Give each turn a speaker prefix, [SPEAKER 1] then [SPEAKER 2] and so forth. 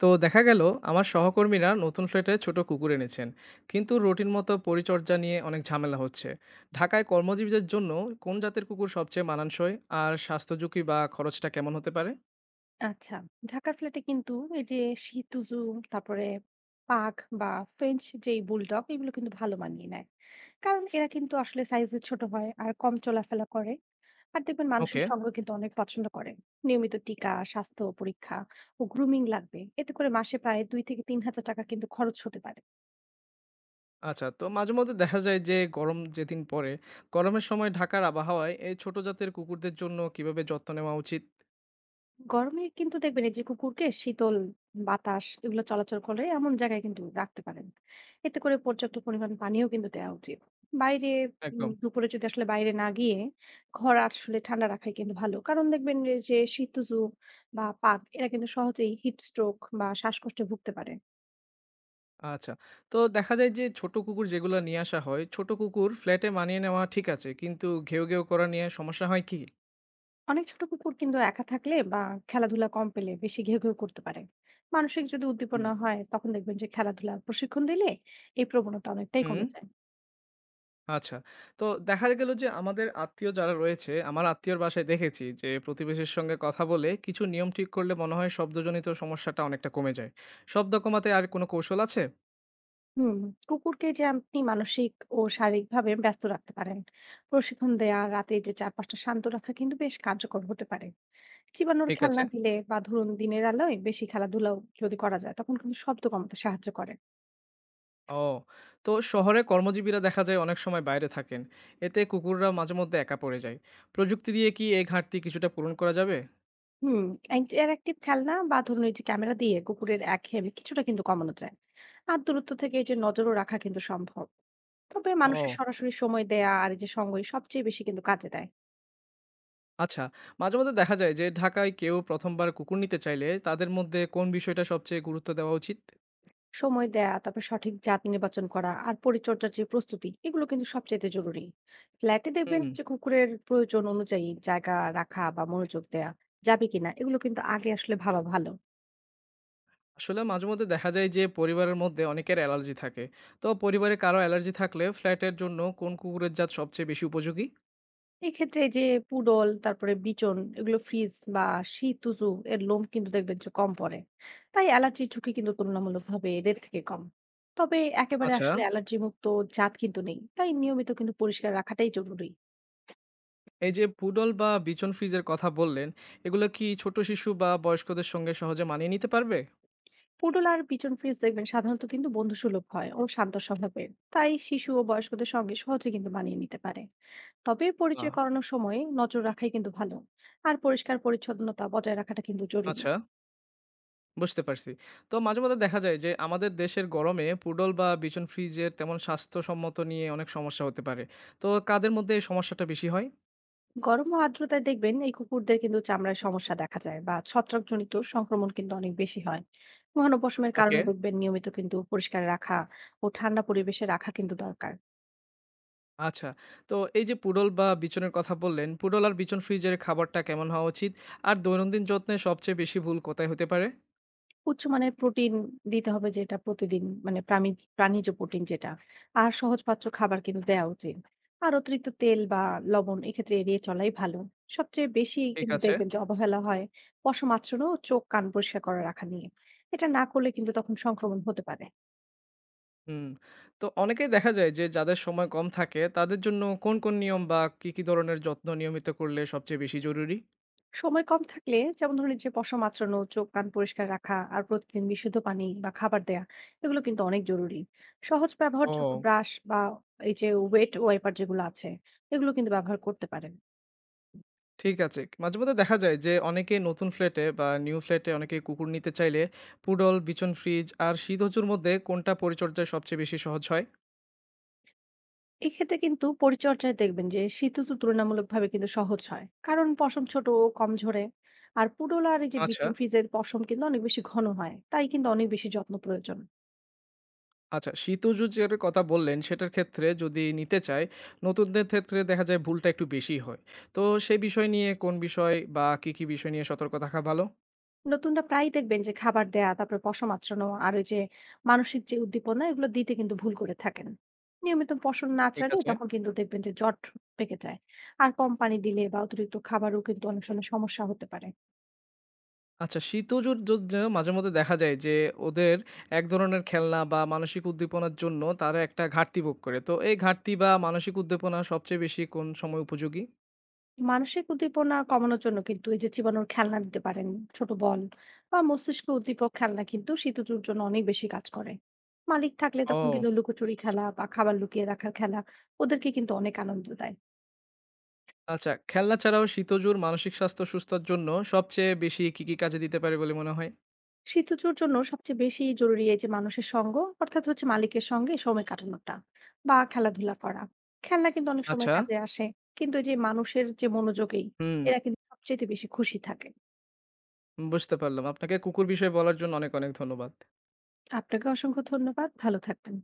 [SPEAKER 1] তো দেখা গেল আমার সহকর্মীরা নতুন ফ্ল্যাটে ছোট কুকুর এনেছেন, কিন্তু রুটিন মতো পরিচর্যা নিয়ে অনেক ঝামেলা হচ্ছে। ঢাকায় কর্মজীবীদের জন্য কোন জাতের কুকুর সবচেয়ে মানানসই, আর স্বাস্থ্য ঝুঁকি বা খরচটা কেমন হতে পারে?
[SPEAKER 2] আচ্ছা, ঢাকার ফ্ল্যাটে কিন্তু এই যে শি টুজু তারপরে পাগ বা ফ্রেঞ্চ যেই বুলডগ এগুলো কিন্তু ভালো মানিয়ে নেয়। কারণ এরা কিন্তু আসলে সাইজে ছোট হয় আর কম চলাফেরা করে। আর দেখবেন মানুষের
[SPEAKER 1] ওকে।
[SPEAKER 2] সঙ্গ কিন্তু অনেক পছন্দ করে। নিয়মিত টিকা, স্বাস্থ্য পরীক্ষা ও গ্রুমিং লাগবে। এতে করে মাসে প্রায় ২ থেকে ৩ হাজার টাকা কিন্তু খরচ হতে পারে।
[SPEAKER 1] আচ্ছা, তো মাঝে মধ্যে দেখা যায় যে গরম যেদিন পরে গরমের সময় ঢাকার আবহাওয়ায় এই ছোট জাতের কুকুরদের জন্য কিভাবে যত্ন নেওয়া উচিত?
[SPEAKER 2] গরমে কিন্তু দেখবেন এই যে কুকুরকে শীতল বাতাস এগুলো চলাচল করে এমন জায়গায় কিন্তু রাখতে পারেন। এতে করে পর্যাপ্ত পরিমাণ পানিও কিন্তু দেওয়া উচিত বাইরে।
[SPEAKER 1] একদম।
[SPEAKER 2] দুপুরে যদি আসলে বাইরে না গিয়ে ঘর আসলে ঠান্ডা রাখাই কিন্তু ভালো, কারণ দেখবেন এই যে শীতজু বা পাক এরা কিন্তু সহজেই হিট স্ট্রোক বা শ্বাসকষ্টে ভুগতে পারে।
[SPEAKER 1] আচ্ছা, তো দেখা যায় যে ছোট কুকুর যেগুলো নিয়ে আসা হয় ছোট কুকুর ফ্ল্যাটে মানিয়ে নেওয়া ঠিক আছে, কিন্তু ঘেউ ঘেউ করা নিয়ে সমস্যা হয় কি?
[SPEAKER 2] অনেক ছোট কুকুর কিন্তু একা থাকলে বা খেলাধুলা কম পেলে বেশি ঘেউ ঘেউ করতে পারে। মানসিক যদি
[SPEAKER 1] হুম।
[SPEAKER 2] উদ্দীপনা হয় তখন দেখবেন যে খেলাধুলা প্রশিক্ষণ দিলে এই প্রবণতা অনেকটাই
[SPEAKER 1] হুম।
[SPEAKER 2] কমে যায়।
[SPEAKER 1] আচ্ছা। তো দেখা গেল যে আমাদের আত্মীয় যারা রয়েছে, আমার আত্মীয়র বাসায় দেখেছি যে প্রতিবেশীর সঙ্গে কথা বলে কিছু নিয়ম ঠিক করলে মনে হয় শব্দজনিত সমস্যাটা অনেকটা কমে যায়। শব্দ কমাতে আর কোনো কৌশল আছে?
[SPEAKER 2] হুম, কুকুরকে যে আপনি মানসিক ও শারীরিকভাবে ব্যস্ত রাখতে পারেন। প্রশিক্ষণ দেয়া, রাতে যে চারপাশটা শান্ত রাখা কিন্তু বেশ কার্যকর হতে পারে। চিবানোর
[SPEAKER 1] ঠিক আছে।
[SPEAKER 2] খেলনা দিলে বা ধরুন দিনের আলোয় বেশি খেলাধুলাও যদি করা যায় তখন কিন্তু শব্দ কমাতে সাহায্য করে।
[SPEAKER 1] ও, তো শহরে কর্মজীবীরা দেখা যায় অনেক সময় বাইরে থাকেন। এতে কুকুররা মাঝে মধ্যে একা পড়ে যায়। প্রযুক্তি দিয়ে কি এই ঘাটতি কিছুটা পূরণ করা যাবে?
[SPEAKER 2] হুম, ইন্টারেক্টিভ খেলনা বা ধরুন এই যে ক্যামেরা দিয়ে কুকুরের একঘেয়েমি কিছুটা কিন্তু কমানো যায়। আর দূরত্ব থেকে এই যে নজরও রাখা কিন্তু সম্ভব। তবে
[SPEAKER 1] ও,
[SPEAKER 2] মানুষের সরাসরি সময় দেয়া আর এই যে সঙ্গই সবচেয়ে বেশি কিন্তু কাজে দেয়।
[SPEAKER 1] আচ্ছা। মাঝে মধ্যে দেখা যায় যে ঢাকায় কেউ ১ম বার কুকুর নিতে চাইলে তাদের মধ্যে কোন বিষয়টা সবচেয়ে গুরুত্ব দেওয়া উচিত?
[SPEAKER 2] সময় দেয়া, তারপর সঠিক জাত নির্বাচন করা আর পরিচর্যার যে প্রস্তুতি এগুলো কিন্তু সবচাইতে জরুরি। ফ্ল্যাটে দেখবেন
[SPEAKER 1] হুম।
[SPEAKER 2] যে কুকুরের প্রয়োজন অনুযায়ী জায়গা রাখা বা মনোযোগ দেয়া যাবে কিনা এগুলো কিন্তু আগে আসলে ভাবা ভালো।
[SPEAKER 1] আসলে মাঝে মধ্যে দেখা যায় যে পরিবারের মধ্যে অনেকের অ্যালার্জি থাকে। তো পরিবারে কারো অ্যালার্জি থাকলে ফ্ল্যাটের জন্য কোন কুকুরের জাত সবচেয়ে বেশি উপযোগী?
[SPEAKER 2] এক্ষেত্রে এই যে পুডল তারপরে বিচন এগুলো ফ্রিজ বা শীতুজু এর লোম কিন্তু দেখবেন যে কম পড়ে, তাই অ্যালার্জির ঝুঁকি কিন্তু তুলনামূলকভাবে এদের থেকে কম। তবে একেবারে
[SPEAKER 1] আচ্ছা,
[SPEAKER 2] আসলে অ্যালার্জি মুক্ত জাত কিন্তু নেই, তাই নিয়মিত কিন্তু পরিষ্কার রাখাটাই জরুরি।
[SPEAKER 1] এই যে পুডল বা বিচন ফ্রিজের কথা বললেন, এগুলো কি ছোট শিশু বা বয়স্কদের সঙ্গে সহজে মানিয়ে নিতে পারবে?
[SPEAKER 2] পুডল আর পিজন ফ্রিজ দেখবেন সাধারণত কিন্তু বন্ধুসুলভ হয় ও শান্ত স্বভাবের, তাই শিশু ও বয়স্কদের সঙ্গে সহজে কিন্তু মানিয়ে নিতে পারে। তবে
[SPEAKER 1] আহ,
[SPEAKER 2] পরিচয় করানোর সময় নজর রাখাই কিন্তু ভালো। আর পরিষ্কার পরিচ্ছন্নতা বজায় রাখাটা কিন্তু জরুরি।
[SPEAKER 1] আচ্ছা, বুঝতে পারছি। তো মাঝে মধ্যে দেখা যায় যে আমাদের দেশের গরমে পুডল বা বিচন ফ্রিজের তেমন স্বাস্থ্যসম্মত নিয়ে অনেক সমস্যা হতে পারে। তো কাদের মধ্যে এই সমস্যাটা বেশি হয়?
[SPEAKER 2] গরম ও আর্দ্রতায় দেখবেন এই কুকুরদের কিন্তু চামড়ায় সমস্যা দেখা যায় বা ছত্রাকজনিত সংক্রমণ কিন্তু অনেক বেশি হয়। ঘন পশমের
[SPEAKER 1] ওকে।
[SPEAKER 2] কারণে দেখবেন নিয়মিত কিন্তু পরিষ্কার রাখা ও ঠান্ডা পরিবেশে রাখা কিন্তু দরকার।
[SPEAKER 1] আচ্ছা। তো এই যে পুডল বা বিচনের কথা বললেন, পুডল আর বিচন ফ্রিজের খাবারটা কেমন হওয়া উচিত? আর দৈনন্দিন যত্নে সবচেয়ে বেশি ভুল কোথায় হতে পারে?
[SPEAKER 2] উচ্চমানের প্রোটিন দিতে হবে, যেটা প্রতিদিন মানে প্রামি প্রাণীজ প্রোটিন যেটা। আর সহজপাচ্য খাবার কিন্তু দেয়া উচিত। আর অতিরিক্ত তেল বা লবণ এক্ষেত্রে এড়িয়ে চলাই ভালো। সবচেয়ে বেশি
[SPEAKER 1] ঠিক
[SPEAKER 2] কিন্তু
[SPEAKER 1] আছে।
[SPEAKER 2] দেখবেন যে অবহেলা হয় পশম আঁচড়ানো, চোখ কান পরিষ্কার করে রাখা নিয়ে। এটা না করলে কিন্তু তখন সংক্রমণ হতে পারে।
[SPEAKER 1] হুম। তো অনেকেই দেখা যায় যে যাদের সময় কম থাকে, তাদের জন্য কোন নিয়ম বা কী ধরনের যত্ন নিয়মিত করলে সবচেয়ে বেশি জরুরি?
[SPEAKER 2] সময় কম থাকলে যেমন ধরুন এই যে পশম আঁচড়ানো, চোখ কান পরিষ্কার রাখা আর প্রতিদিন বিশুদ্ধ পানি বা খাবার দেয়া এগুলো কিন্তু অনেক জরুরি। সহজ ব্যবহারযোগ্য
[SPEAKER 1] ও।
[SPEAKER 2] ব্রাশ বা এই যে ওয়েট ওয়াইপার যেগুলো আছে এগুলো কিন্তু ব্যবহার করতে পারেন।
[SPEAKER 1] ঠিক আছে। মাঝে মধ্যে দেখা যায় যে অনেকে নতুন ফ্ল্যাটে বা নিউ ফ্ল্যাটে অনেকে কুকুর নিতে চাইলে পুডল, বিচন ফ্রিজ আর শীতজুর মধ্যে কোনটা পরিচর্যায় সবচেয়ে বেশি সহজ হয়?
[SPEAKER 2] এক্ষেত্রে কিন্তু পরিচর্যায় দেখবেন যে শীত ঋতু তুলনামূলকভাবে কিন্তু সহজ হয়, কারণ পশম ছোট ও কম ঝরে। আর পুডোলা আর এই যে
[SPEAKER 1] আচ্ছা।
[SPEAKER 2] বিটন ফ্রিজের পশম কিন্তু অনেক বেশি ঘন হয়, তাই কিন্তু অনেক বেশি যত্ন প্রয়োজন।
[SPEAKER 1] আচ্ছা, শীতজুজের কথা বললেন, সেটার ক্ষেত্রে যদি নিতে চাই, নতুনদের ক্ষেত্রে দেখা যায় ভুলটা একটু বেশিই হয়। তো সেই বিষয় নিয়ে কোন বিষয় বা কি বিষয় নিয়ে সতর্ক থাকা ভালো?
[SPEAKER 2] নতুনরা প্রায়ই দেখবেন যে খাবার দেয়া, তারপর পশম আঁচড়ানো আর ওই যে মানসিক যে উদ্দীপনা এগুলো দিতে কিন্তু ভুল করে থাকেন। নিয়মিত পশম না
[SPEAKER 1] ঠিক
[SPEAKER 2] আঁচড়ালে
[SPEAKER 1] আছে।
[SPEAKER 2] তখন কিন্তু দেখবেন যে জট পেকে যায়। আর কম পানি দিলে বা অতিরিক্ত খাবারও কিন্তু অনেক সময় সমস্যা হতে পারে।
[SPEAKER 1] আচ্ছা, শীতজুর জুজ মাঝেমধ্যে দেখা যায় যে ওদের এক ধরনের খেলনা বা মানসিক উদ্দীপনার জন্য তারা একটা ঘাটতি ভোগ করে। তো এই ঘাটতি বা মানসিক উদ্দীপনা সবচেয়ে বেশি কোন সময় উপযোগী?
[SPEAKER 2] মানসিক উদ্দীপনা কমানোর জন্য কিন্তু এই যে চিবানোর খেলনা দিতে পারেন। ছোট বল বা মস্তিষ্ক উদ্দীপক খেলনা কিন্তু শিশুটির জন্য অনেক বেশি কাজ করে। মালিক থাকলে তখন
[SPEAKER 1] ও!
[SPEAKER 2] কিন্তু লুকোচুরি খেলা বা খাবার লুকিয়ে রাখার খেলা ওদেরকে কিন্তু অনেক আনন্দ দেয়।
[SPEAKER 1] আচ্ছা, খেলনা ছাড়াও শীতজুর মানসিক স্বাস্থ্য সুস্থার জন্য সবচেয়ে বেশি কি কাজে দিতে পারে বলে মনে হয়?
[SPEAKER 2] শীতজুর জন্য সবচেয়ে বেশি জরুরি এই যে মানুষের সঙ্গ, অর্থাৎ হচ্ছে মালিকের সঙ্গে সময় কাটানোটা বা খেলাধুলা করা। খেলনা কিন্তু অনেক সময়
[SPEAKER 1] আচ্ছা,
[SPEAKER 2] কাজে আসে, কিন্তু এই যে মানুষের যে মনোযোগেই
[SPEAKER 1] হুম।
[SPEAKER 2] এরা কিন্তু সবচেয়ে বেশি খুশি থাকে।
[SPEAKER 1] বুঝতে পারলাম। আপনাকে কুকুর বিষয়ে বলার জন্য অনেক ধন্যবাদ।
[SPEAKER 2] আপনাকে অসংখ্য ধন্যবাদ, ভালো থাকবেন।